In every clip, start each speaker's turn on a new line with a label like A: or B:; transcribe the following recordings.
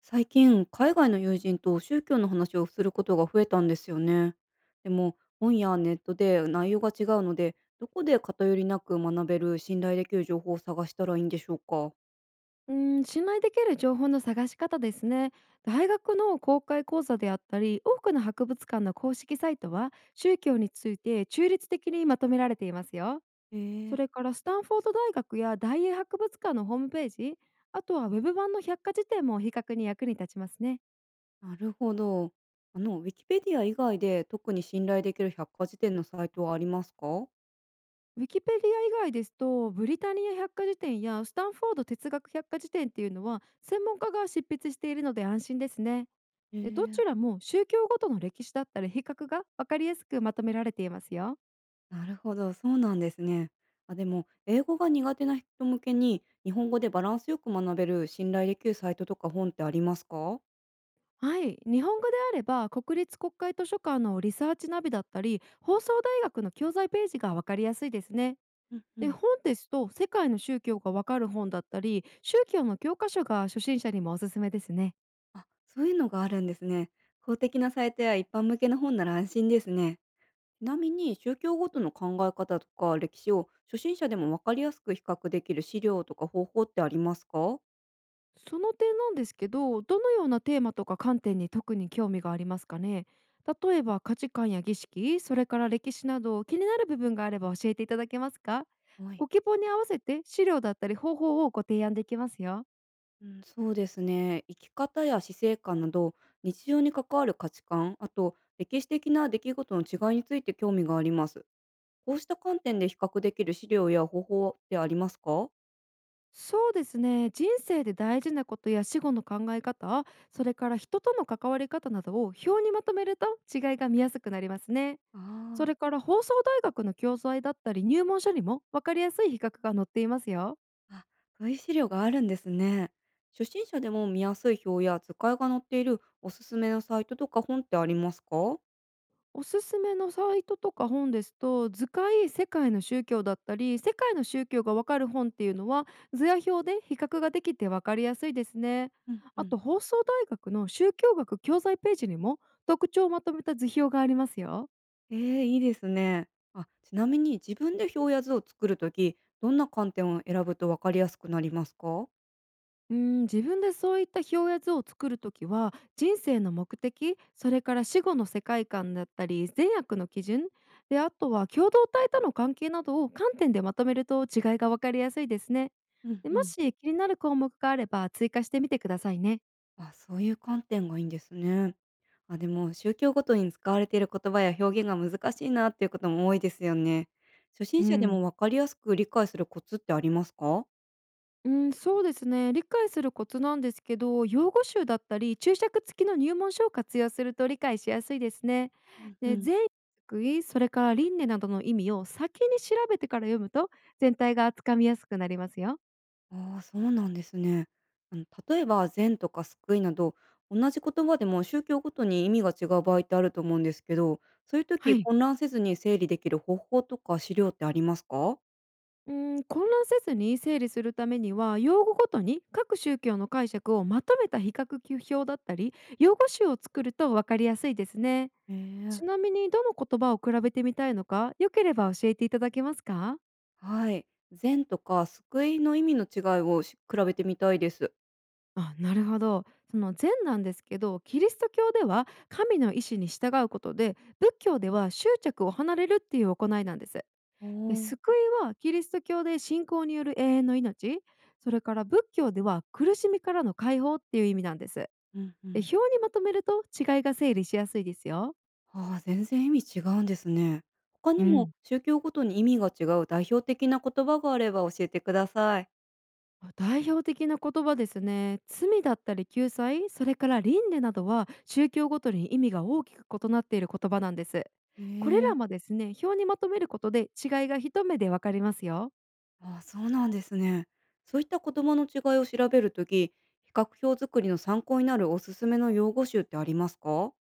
A: 最近海外の友人と宗教の話をすることが増えたんですよね。でも本やネットで内容が違うので、どこで偏りなく学べる信頼できる情報を探したらいいんでしょうか？
B: うん、信頼できる情報の探し方ですね。大学の公開講座であったり、多くの博物館の公式サイトは宗教について中立的にまとめられていますよ。
A: へ
B: そ
A: え。
B: れからスタンフォード大学や大英博物館のホームページ、あとはウェブ版の百科事典も比較に役に立ちますね。
A: なるほど。ウィキペディア以外で特に信頼できる百科事典のサイトはありますか？
B: ウィキペディア以外ですと、ブリタニア百科事典やスタンフォード哲学百科事典っていうのは専門家が執筆しているので安心ですね。
A: へ
B: で、ど
A: え。
B: ちらも宗教ごとの歴史だったり比較が分かりやすくまとめられていますよ。
A: なるほど、そうなんですね。あ、でも英語が苦手な人向けに日本語でバランスよく学べる信頼できるサイトとか本ってありますか？
B: はい、日本語であれば国立国会図書館のリサーチナビだったり放送大学の教材ページが分かりやすいですね。
A: うんう
B: で、
A: ん。
B: 本ですと世界の宗教が分かる本だったり宗教の教科書が初心者にもおすすめですね。
A: あ、そういうのがあるんですね。公的なサイトや一般向けの本なら安心ですね。ちなみに宗教ごとの考え方とか歴史を初心者でも分かりやすく比較できる資料とか方法ってありますか？
B: その点なんですけど、どのようなテーマとか観点に特に興味がありますかね。例えば価値観や儀式、それから歴史など気になる部分があれば教えていただけますか。
A: はい。
B: ご希望に合わせて資料だったり方法をご提案できますよ。
A: うん、そうですね。生き方や死生観など日常に関わる価値観、あと歴史的な出来事の違いについて興味があります。こうした観点で比較できる資料や方法ってありますか？
B: そうですね。人生で大事なことや死後の考え方、それから人との関わり方などを表にまとめると、違いが見やすくなりますね。そ
A: ああ。
B: れから放送大学の教材だったり入門書にも分かりやすい比較が載っていますよ。
A: あ、古い資料があるんですね。初心者でも見やすい表や図解が載っているおすすめのサイトとか本ってありますか？
B: おすすめのサイトとか本ですと、図解世界の宗教だったり世界の宗教がわかる本っていうのは、図や表で比較ができてわかりやすいですね。
A: うんう
B: あ
A: ん。
B: と放送大学の宗教学教材ページにも、特徴をまとめた図表がありますよ。
A: ええ、いいですね。あ、ちなみに自分で表や図を作るとき、どんな観点を選ぶとわかりやすくなりますか？
B: うん、自分でそういった表や図を作るときは、人生の目的、それから死後の世界観だったり善悪の基準で、あとは共同体との関係などを観点でまとめると、違いが分かりやすいですね。
A: うん
B: で、
A: う
B: も
A: ん。
B: し気になる項目があれば追加してみてくださいね。
A: あ、そういう観点がいいんですね。あ、でも宗教ごとに使われている言葉や表現が難しいなっていうことも多いですよね。初
B: う
A: 心者でも
B: ん
A: わかりやすく理解するコツってありますか？
B: うん、そうですね。理解するコツなんですけど、用語集だったり、注釈付きの入門書を活用すると理解しやすいですね。
A: うんう
B: で、
A: ん。
B: 善意、救い、それから輪廻などの意味を先に調べてから読むと、全体がつかみやすくなりますよ。
A: ああ、そうなんですね。例えば善とか救いなど、同じ言葉でも宗教ごとに意味が違う場合ってあると思うんですけど、そういう
B: は
A: 時
B: い。
A: 混乱せずに整理できる方法とか資料ってありますか？
B: うん、混乱せずに整理するためには、用語ごとに各宗教の解釈をまとめた比較表だったり、用語集を作ると分かりやすいですね。
A: ええ、
B: ちなみに、どの言葉を比べてみたいのか、よければ教えていただけますか？
A: はい。善とか救いの意味の違いをし比べてみたいです。
B: あ、なるほど。その禅なんですけど、キリスト教では神の意志に従うことで、仏教では執着を離れるっていう行いなんです。
A: お
B: で、
A: ー。
B: 救いはキリスト教で信仰による永遠の命、それから仏教では苦しみからの解放っていう意味なんです。
A: うんう
B: で、
A: ん。
B: 表にまとめると違いが整理しやすいですよ。
A: ああ、全然意味違うんですね。他
B: う
A: にも
B: ん。
A: 宗教ごとに意味が違う代表的な言葉があれば教えてください。
B: あ、代表的な言葉ですね。罪だったり救済、それから輪廻などは宗教ごとに意味が大きく異なっている言葉なんです。これ
A: え
B: ら
A: え。
B: もですね、表にまとめることで違いが一目でわかりますよ。
A: ああ、そうなんですね。そういった言葉の違いを調べるとき、比較表作りの参考になるおすすめの用語集ってありますか？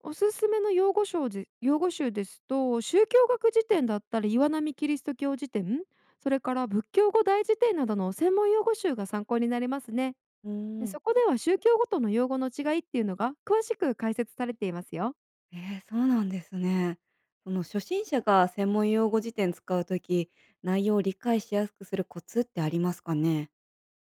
B: おすすめの用語集で、用語集ですと、宗教学辞典だったり岩波キリスト教辞典、それから仏教語大辞典などの専門用語集が参考になりますね。
A: うー
B: で、
A: ん、
B: そこでは宗教ごとの用語の違いっていうのが詳しく解説されていますよ。
A: ええ、そうなんですね。その初心者が専門用語辞典使うとき、内容を理解しやすくするコツってありますかね？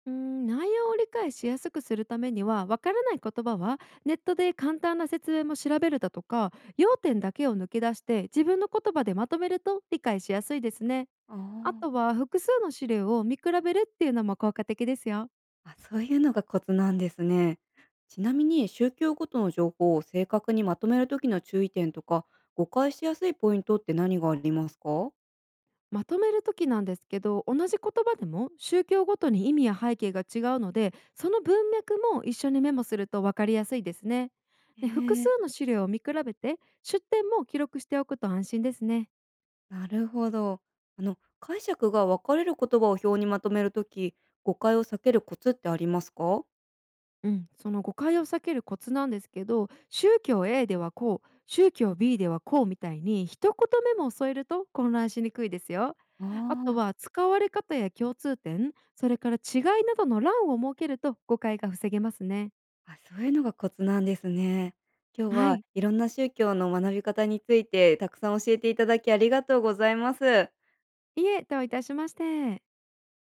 B: うーん、内容を理解しやすくするためには、わからない言葉はネットで簡単な説明も調べるだとか、要点だけを抜き出して自分の言葉でまとめると理解しやすいですね。
A: ああ。
B: あとは複数の資料を見比べるっていうのも効果的ですよ。
A: あ、そういうのがコツなんですね。ちなみに宗教ごとの情報を正確にまとめるときの注意点とか、誤解しやすいポイントって何がありますか？
B: まとめる時なんですけど、同じ言葉でも宗教ごとに意味や背景が違うので、その文脈も一緒にメモするとわかりやすいですね。で、複数
A: ええ、
B: の資料を見比べて出典も記録しておくと安心ですね。
A: なるほど。あの、解釈が分かれる言葉を表にまとめるとき、誤解を避けるコツってありますか？
B: うん、その誤解を避けるコツなんですけど、宗教 A ではこう、宗教 B ではこうみたいに一言目も添えると混乱しにくいですよ。
A: あ
B: あと
A: あ。
B: は使われ方や共通点、それから違いなどの欄を設けると誤解が防げますね。
A: あ、そういうのがコツなんですね。今日
B: は
A: は
B: い、
A: いろんな宗教の学び方についてたくさん教えていただきありがとうございます。
B: いえ、どういたしまして。